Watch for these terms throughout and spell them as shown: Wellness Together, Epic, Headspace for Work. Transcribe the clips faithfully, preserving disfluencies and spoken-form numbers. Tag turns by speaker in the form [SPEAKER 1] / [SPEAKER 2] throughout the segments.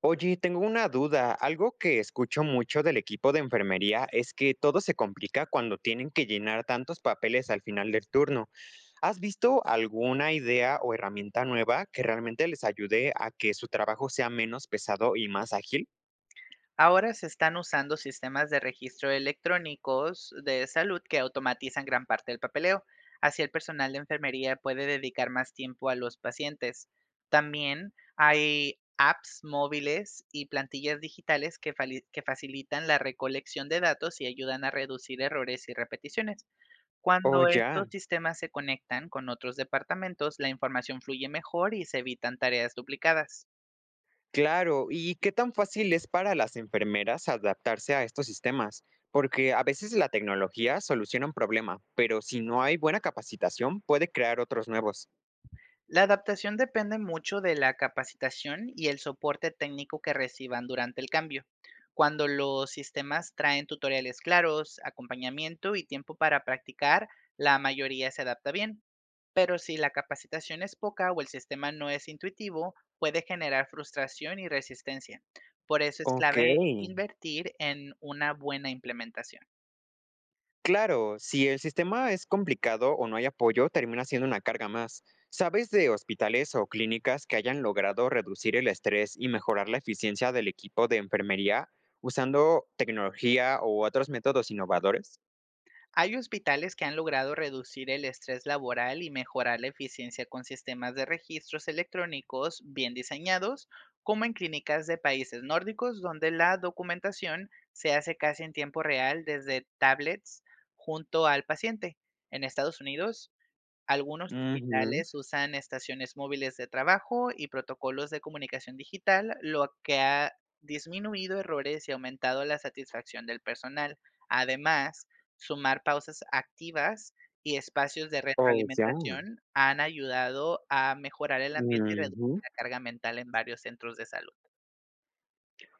[SPEAKER 1] Oye, tengo una duda. Algo que escucho mucho del equipo de enfermería es que todo se complica cuando tienen que llenar tantos papeles al final del turno. ¿Has visto alguna idea o herramienta nueva que realmente les ayude a que su trabajo sea menos pesado y más ágil?
[SPEAKER 2] Ahora se están usando sistemas de registro electrónicos de salud que automatizan gran parte del papeleo. Así el personal de enfermería puede dedicar más tiempo a los pacientes. También hay apps móviles y plantillas digitales que, fali- que facilitan la recolección de datos y ayudan a reducir errores y repeticiones.
[SPEAKER 1] Oh,
[SPEAKER 2] Cuando
[SPEAKER 1] ya.
[SPEAKER 2] estos sistemas se conectan con otros departamentos, la información fluye mejor y se evitan tareas duplicadas.
[SPEAKER 1] Claro. ¿Y qué tan fácil es para las enfermeras adaptarse a estos sistemas? Porque a veces la tecnología soluciona un problema, pero si no hay buena capacitación, puede crear otros nuevos.
[SPEAKER 2] La adaptación depende mucho de la capacitación y el soporte técnico que reciban durante el cambio. Cuando los sistemas traen tutoriales claros, acompañamiento y tiempo para practicar, la mayoría se adapta bien. Pero si la capacitación es poca o el sistema no es intuitivo, puede generar frustración y resistencia. Por eso es
[SPEAKER 1] Ok.
[SPEAKER 2] clave invertir en una buena implementación.
[SPEAKER 1] Claro, si el sistema es complicado o no hay apoyo, termina siendo una carga más. ¿Sabes de hospitales o clínicas que hayan logrado reducir el estrés y mejorar la eficiencia del equipo de enfermería usando tecnología u otros métodos innovadores?
[SPEAKER 2] Hay hospitales que han logrado reducir el estrés laboral y mejorar la eficiencia con sistemas de registros electrónicos bien diseñados, como en clínicas de países nórdicos, donde la documentación se hace casi en tiempo real desde tablets junto al paciente. En Estados Unidos, algunos
[SPEAKER 1] Ujú.
[SPEAKER 2] hospitales usan estaciones móviles de trabajo y protocolos de comunicación digital, lo que ha disminuido errores y aumentado la satisfacción del personal. Además, sumar pausas activas y espacios de
[SPEAKER 1] Oh, ya.
[SPEAKER 2] retroalimentación han ayudado a mejorar el ambiente y reducir
[SPEAKER 1] Ujú.
[SPEAKER 2] la carga mental en varios centros de salud.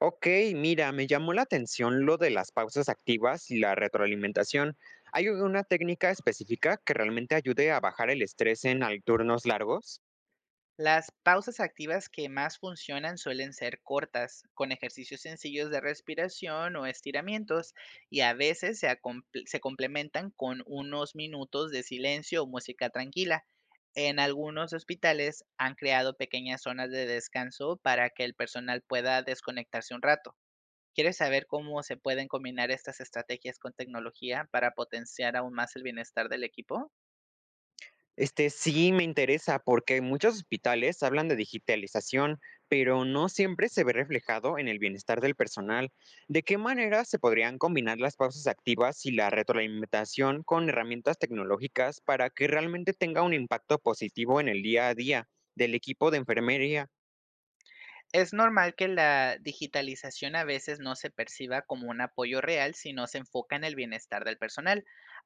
[SPEAKER 1] Ok, mira, me llamó la atención lo de las pausas activas y la retroalimentación. ¿Hay una técnica específica que realmente ayude a bajar el estrés en al- turnos largos?
[SPEAKER 2] Las pausas activas que más funcionan suelen ser cortas, con ejercicios sencillos de respiración o estiramientos, y a veces se, acomple- se complementan con unos minutos de silencio o música tranquila. En algunos hospitales han creado pequeñas zonas de descanso para que el personal pueda desconectarse un rato. ¿Quieres saber cómo se pueden combinar estas estrategias con tecnología para potenciar aún más el bienestar del equipo?
[SPEAKER 1] Este, sí me interesa porque muchos hospitales hablan de digitalización, pero no siempre se ve reflejado en el bienestar del personal. ¿De qué manera se podrían combinar las pausas activas y la retroalimentación con herramientas tecnológicas para que realmente tenga un impacto positivo en el día a día del equipo de enfermería?
[SPEAKER 2] Es normal que la digitalización a veces no se perciba como un apoyo real si no se enfoca en el bienestar del personal.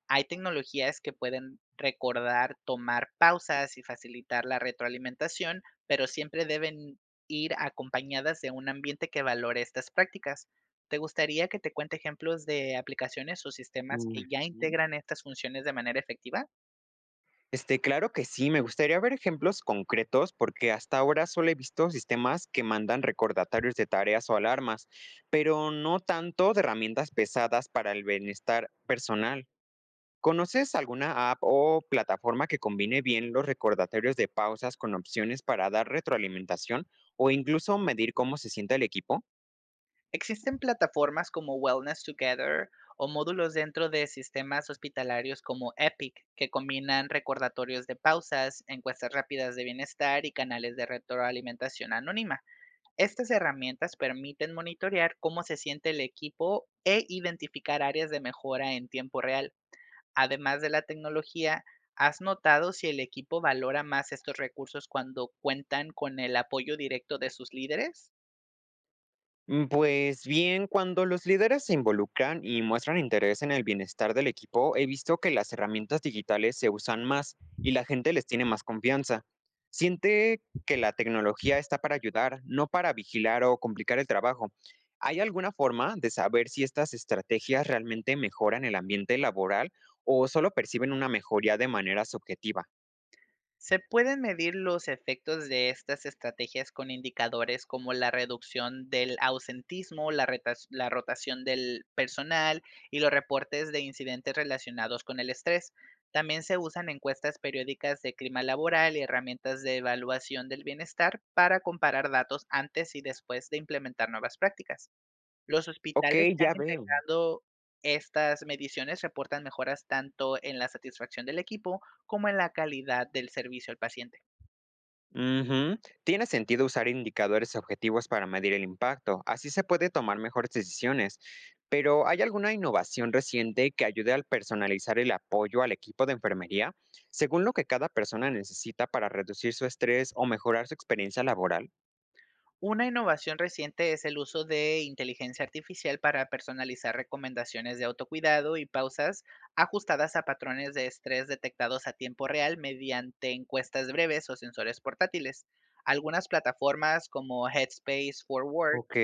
[SPEAKER 2] Hay tecnologías que pueden recordar, tomar pausas y facilitar la retroalimentación, pero siempre deben ir acompañadas de un ambiente que valore estas prácticas. ¿Te gustaría que te cuente ejemplos de aplicaciones o sistemas que
[SPEAKER 1] Ujú.
[SPEAKER 2] ya integran estas funciones de manera efectiva?
[SPEAKER 1] Este, claro que sí, me gustaría ver ejemplos concretos porque hasta ahora solo he visto sistemas que mandan recordatorios de tareas o alarmas, pero no tanto de herramientas pesadas para el bienestar personal. ¿Conoces alguna app o plataforma que combine bien los recordatorios de pausas con opciones para dar retroalimentación o incluso medir cómo se siente el equipo?
[SPEAKER 2] Existen plataformas como Wellness Together o módulos dentro de sistemas hospitalarios como Epic, que combinan recordatorios de pausas, encuestas rápidas de bienestar y canales de retroalimentación anónima. Estas herramientas permiten monitorear cómo se siente el equipo e identificar áreas de mejora en tiempo real. Además de la tecnología, ¿has notado si el equipo valora más estos recursos cuando cuentan con el apoyo directo de sus líderes?
[SPEAKER 1] Mm, pues bien, cuando los líderes se involucran y muestran interés en el bienestar del equipo, he visto que las herramientas digitales se usan más y la gente les tiene más confianza. Siente que la tecnología está para ayudar, no para vigilar o complicar el trabajo. ¿Hay alguna forma de saber si estas estrategias realmente mejoran el ambiente laboral o solo perciben una mejoría de manera subjetiva?
[SPEAKER 2] Se pueden medir los efectos de estas estrategias con indicadores como la reducción del ausentismo, la, retas- la rotación del personal y los reportes de incidentes relacionados con el estrés. También se usan encuestas periódicas de clima laboral y herramientas de evaluación del bienestar para comparar datos antes y después de implementar nuevas prácticas. Los
[SPEAKER 1] Ok,
[SPEAKER 2] hospitales que han
[SPEAKER 1] ya veo.
[SPEAKER 2] integrado estas mediciones reportan mejoras tanto en la satisfacción del equipo como en la calidad del servicio al paciente.
[SPEAKER 1] Ujú. Tiene sentido usar indicadores objetivos para medir el impacto, así se puede tomar mejores decisiones. Pero ¿hay alguna innovación reciente que ayude al personalizar el apoyo al equipo de enfermería según lo que cada persona necesita para reducir su estrés o mejorar su experiencia laboral?
[SPEAKER 2] Una innovación reciente es el uso de inteligencia artificial para personalizar recomendaciones de autocuidado y pausas ajustadas a patrones de estrés detectados a tiempo real mediante encuestas breves o sensores portátiles. Algunas plataformas como Headspace for Work
[SPEAKER 1] Ok,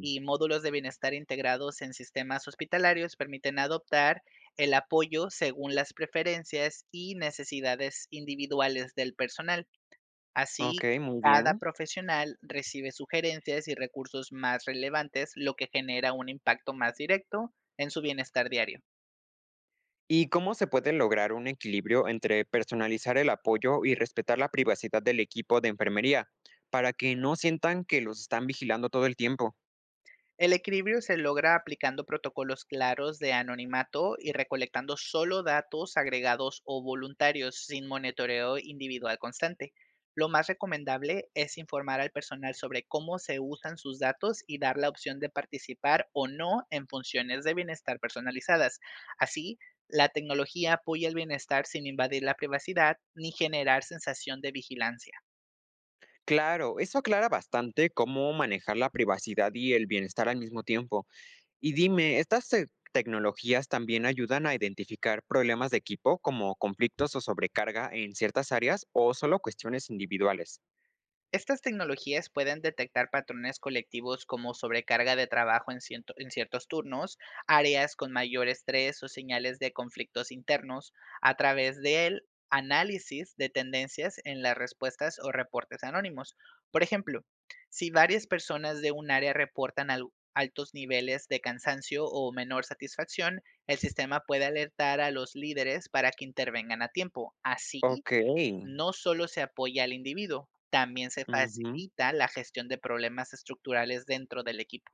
[SPEAKER 2] y módulos de bienestar integrados en sistemas hospitalarios permiten adoptar el apoyo según las preferencias y necesidades individuales del personal. Así,
[SPEAKER 1] ok, muy
[SPEAKER 2] cada
[SPEAKER 1] bien.
[SPEAKER 2] profesional recibe sugerencias y recursos más relevantes, lo que genera un impacto más directo en su bienestar diario.
[SPEAKER 1] ¿Y cómo se puede lograr un equilibrio entre personalizar el apoyo y respetar la privacidad del equipo de enfermería para que no sientan que los están vigilando todo el tiempo?
[SPEAKER 2] El equilibrio se logra aplicando protocolos claros de anonimato y recolectando solo datos agregados o voluntarios sin monitoreo individual constante. Lo más recomendable es informar al personal sobre cómo se usan sus datos y dar la opción de participar o no en funciones de bienestar personalizadas. Así, la tecnología apoya el bienestar sin invadir la privacidad ni generar sensación de vigilancia.
[SPEAKER 1] Claro, eso aclara bastante cómo manejar la privacidad y el bienestar al mismo tiempo. Y dime, ¿estas eh, tecnologías también ayudan a identificar problemas de equipo como conflictos o sobrecarga en ciertas áreas o solo cuestiones individuales?
[SPEAKER 2] Estas tecnologías pueden detectar patrones colectivos como sobrecarga de trabajo en, ciento- en ciertos turnos, áreas con mayor estrés o señales de conflictos internos a través del análisis de tendencias en las respuestas o reportes anónimos. Por ejemplo, si varias personas de un área reportan al- altos niveles de cansancio o menor satisfacción, el sistema puede alertar a los líderes para que intervengan a tiempo. Así,
[SPEAKER 1] Ok.
[SPEAKER 2] no solo se apoya al individuo, también se
[SPEAKER 1] Ujú.
[SPEAKER 2] facilita la gestión de problemas estructurales dentro del equipo.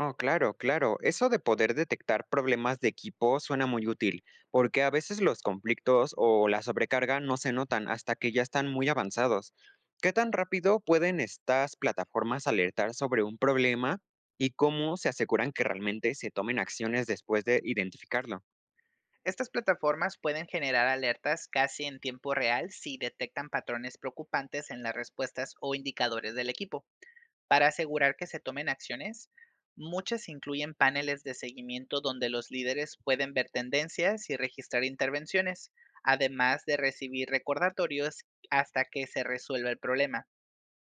[SPEAKER 1] Oh, claro, claro. Eso de poder detectar problemas de equipo suena muy útil, porque a veces los conflictos o la sobrecarga no se notan hasta que ya están muy avanzados. ¿Qué tan rápido pueden estas plataformas alertar sobre un problema y cómo se aseguran que realmente se tomen acciones después de identificarlo?
[SPEAKER 2] Estas plataformas pueden generar alertas casi en tiempo real si detectan patrones preocupantes en las respuestas o indicadores del equipo. Para asegurar que se tomen acciones, muchas incluyen paneles de seguimiento donde los líderes pueden ver tendencias y registrar intervenciones, además de recibir recordatorios hasta que se resuelva el problema.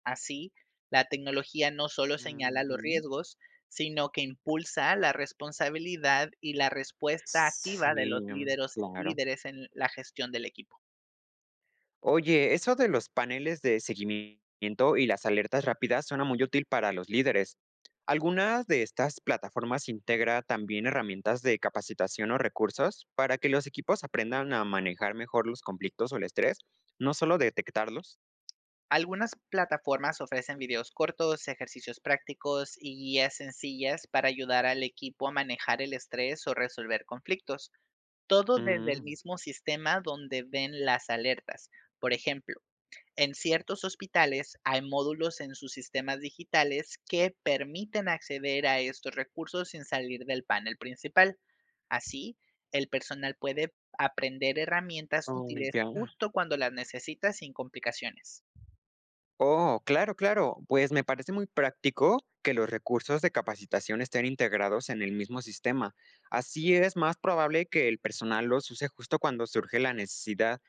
[SPEAKER 2] Así, la tecnología no solo señala los
[SPEAKER 1] Ujú.
[SPEAKER 2] riesgos, sino que impulsa la responsabilidad y la respuesta activa de los
[SPEAKER 1] Sí,
[SPEAKER 2] líderos-
[SPEAKER 1] claro.
[SPEAKER 2] líderes en la gestión del equipo.
[SPEAKER 1] Oye, eso de los paneles de seguimiento y las alertas rápidas suena muy útil para los líderes. ¿Alguna de estas plataformas integra también herramientas de capacitación o recursos para que los equipos aprendan a manejar mejor los conflictos o el estrés, no solo detectarlos?
[SPEAKER 2] Algunas plataformas ofrecen videos cortos, ejercicios prácticos y guías sencillas para ayudar al equipo a manejar el estrés o resolver conflictos. Todo desde el
[SPEAKER 1] Mm,
[SPEAKER 2] mismo sistema donde ven las alertas. Por ejemplo, en ciertos hospitales hay módulos en sus sistemas digitales que permiten acceder a estos recursos sin salir del panel principal. Así, el personal puede aprender herramientas
[SPEAKER 1] oh,
[SPEAKER 2] útiles
[SPEAKER 1] ya.
[SPEAKER 2] justo cuando las necesita sin complicaciones.
[SPEAKER 1] Oh, claro, claro. Pues me parece muy práctico que los recursos de capacitación estén integrados en el mismo sistema. Así es más probable que el personal los use justo cuando surge la necesidad.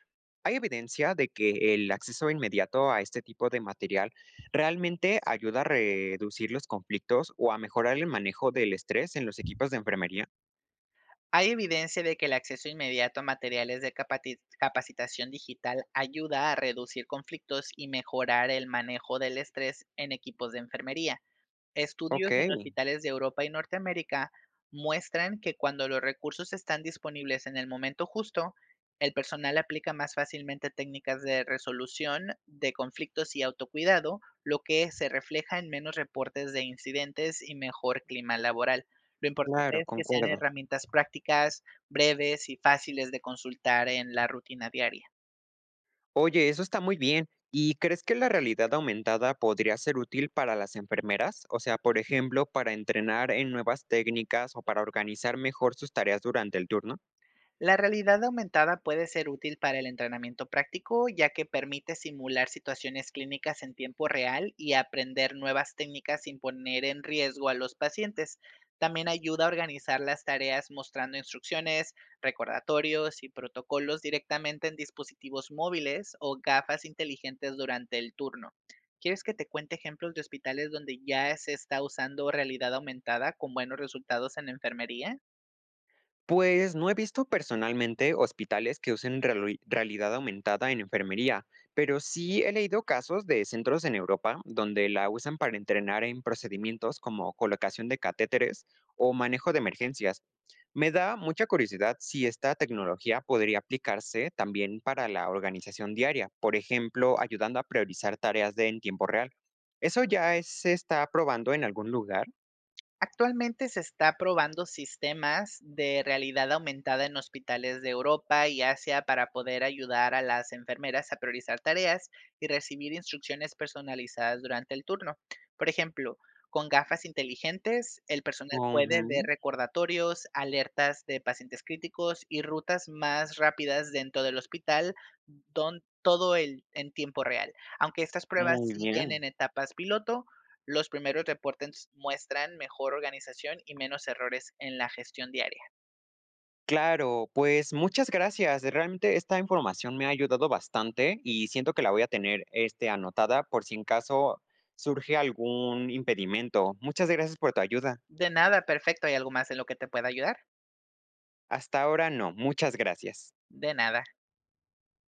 [SPEAKER 1] Hay evidencia de que el acceso inmediato a este tipo de material realmente ayuda a reducir los conflictos o a mejorar el manejo del estrés en los equipos de enfermería.
[SPEAKER 2] Hay evidencia de que el acceso inmediato a materiales de capati- capacitación digital ayuda a reducir conflictos y mejorar el manejo del estrés en equipos de enfermería.
[SPEAKER 1] Ok,
[SPEAKER 2] Estudios en hospitales de Europa y Norteamérica muestran que cuando los recursos están disponibles en el momento justo, el personal aplica más fácilmente técnicas de resolución de conflictos y autocuidado, lo que se refleja en menos reportes de incidentes y mejor clima laboral. Lo importante
[SPEAKER 1] claro,
[SPEAKER 2] es que sean
[SPEAKER 1] concuerdo.
[SPEAKER 2] herramientas prácticas, breves y fáciles de consultar en la rutina diaria.
[SPEAKER 1] Oye, eso está muy bien. ¿Y crees que la realidad aumentada podría ser útil para las enfermeras? O sea, por ejemplo, para entrenar en nuevas técnicas o para organizar mejor sus tareas durante el turno.
[SPEAKER 2] La realidad aumentada puede ser útil para el entrenamiento práctico, ya que permite simular situaciones clínicas en tiempo real y aprender nuevas técnicas sin poner en riesgo a los pacientes. También ayuda a organizar las tareas mostrando instrucciones, recordatorios y protocolos directamente en dispositivos móviles o gafas inteligentes durante el turno. ¿Quieres que te cuente ejemplos de hospitales donde ya se está usando realidad aumentada con buenos resultados en enfermería?
[SPEAKER 1] Pues no he visto personalmente hospitales que usen reali- realidad aumentada en enfermería, pero sí he leído casos de centros en Europa donde la usan para entrenar en procedimientos como colocación de catéteres o manejo de emergencias. Me da mucha curiosidad si esta tecnología podría aplicarse también para la organización diaria, por ejemplo, ayudando a priorizar tareas de en tiempo real. ¿Eso ya es- se está probando en algún lugar?
[SPEAKER 2] Actualmente se está probando sistemas de realidad aumentada en hospitales de Europa y Asia para poder ayudar a las enfermeras a priorizar tareas y recibir instrucciones personalizadas durante el turno. Por ejemplo, con gafas inteligentes, el personal puede ver
[SPEAKER 1] Ujú,
[SPEAKER 2] recordatorios, alertas de pacientes críticos y rutas más rápidas dentro del hospital, don- todo el, en tiempo real. Aunque estas pruebas
[SPEAKER 1] muy
[SPEAKER 2] siguen en
[SPEAKER 1] bien.
[SPEAKER 2] etapas piloto, los primeros reportes muestran mejor organización y menos errores en la gestión diaria.
[SPEAKER 1] Claro, pues muchas gracias. Realmente esta información me ha ayudado bastante y siento que la voy a tener, este, anotada por si en caso surge algún impedimento. Muchas gracias por tu ayuda.
[SPEAKER 2] De nada, perfecto. ¿Hay algo más en lo que te pueda ayudar?
[SPEAKER 1] Hasta ahora no, muchas gracias.
[SPEAKER 2] De nada.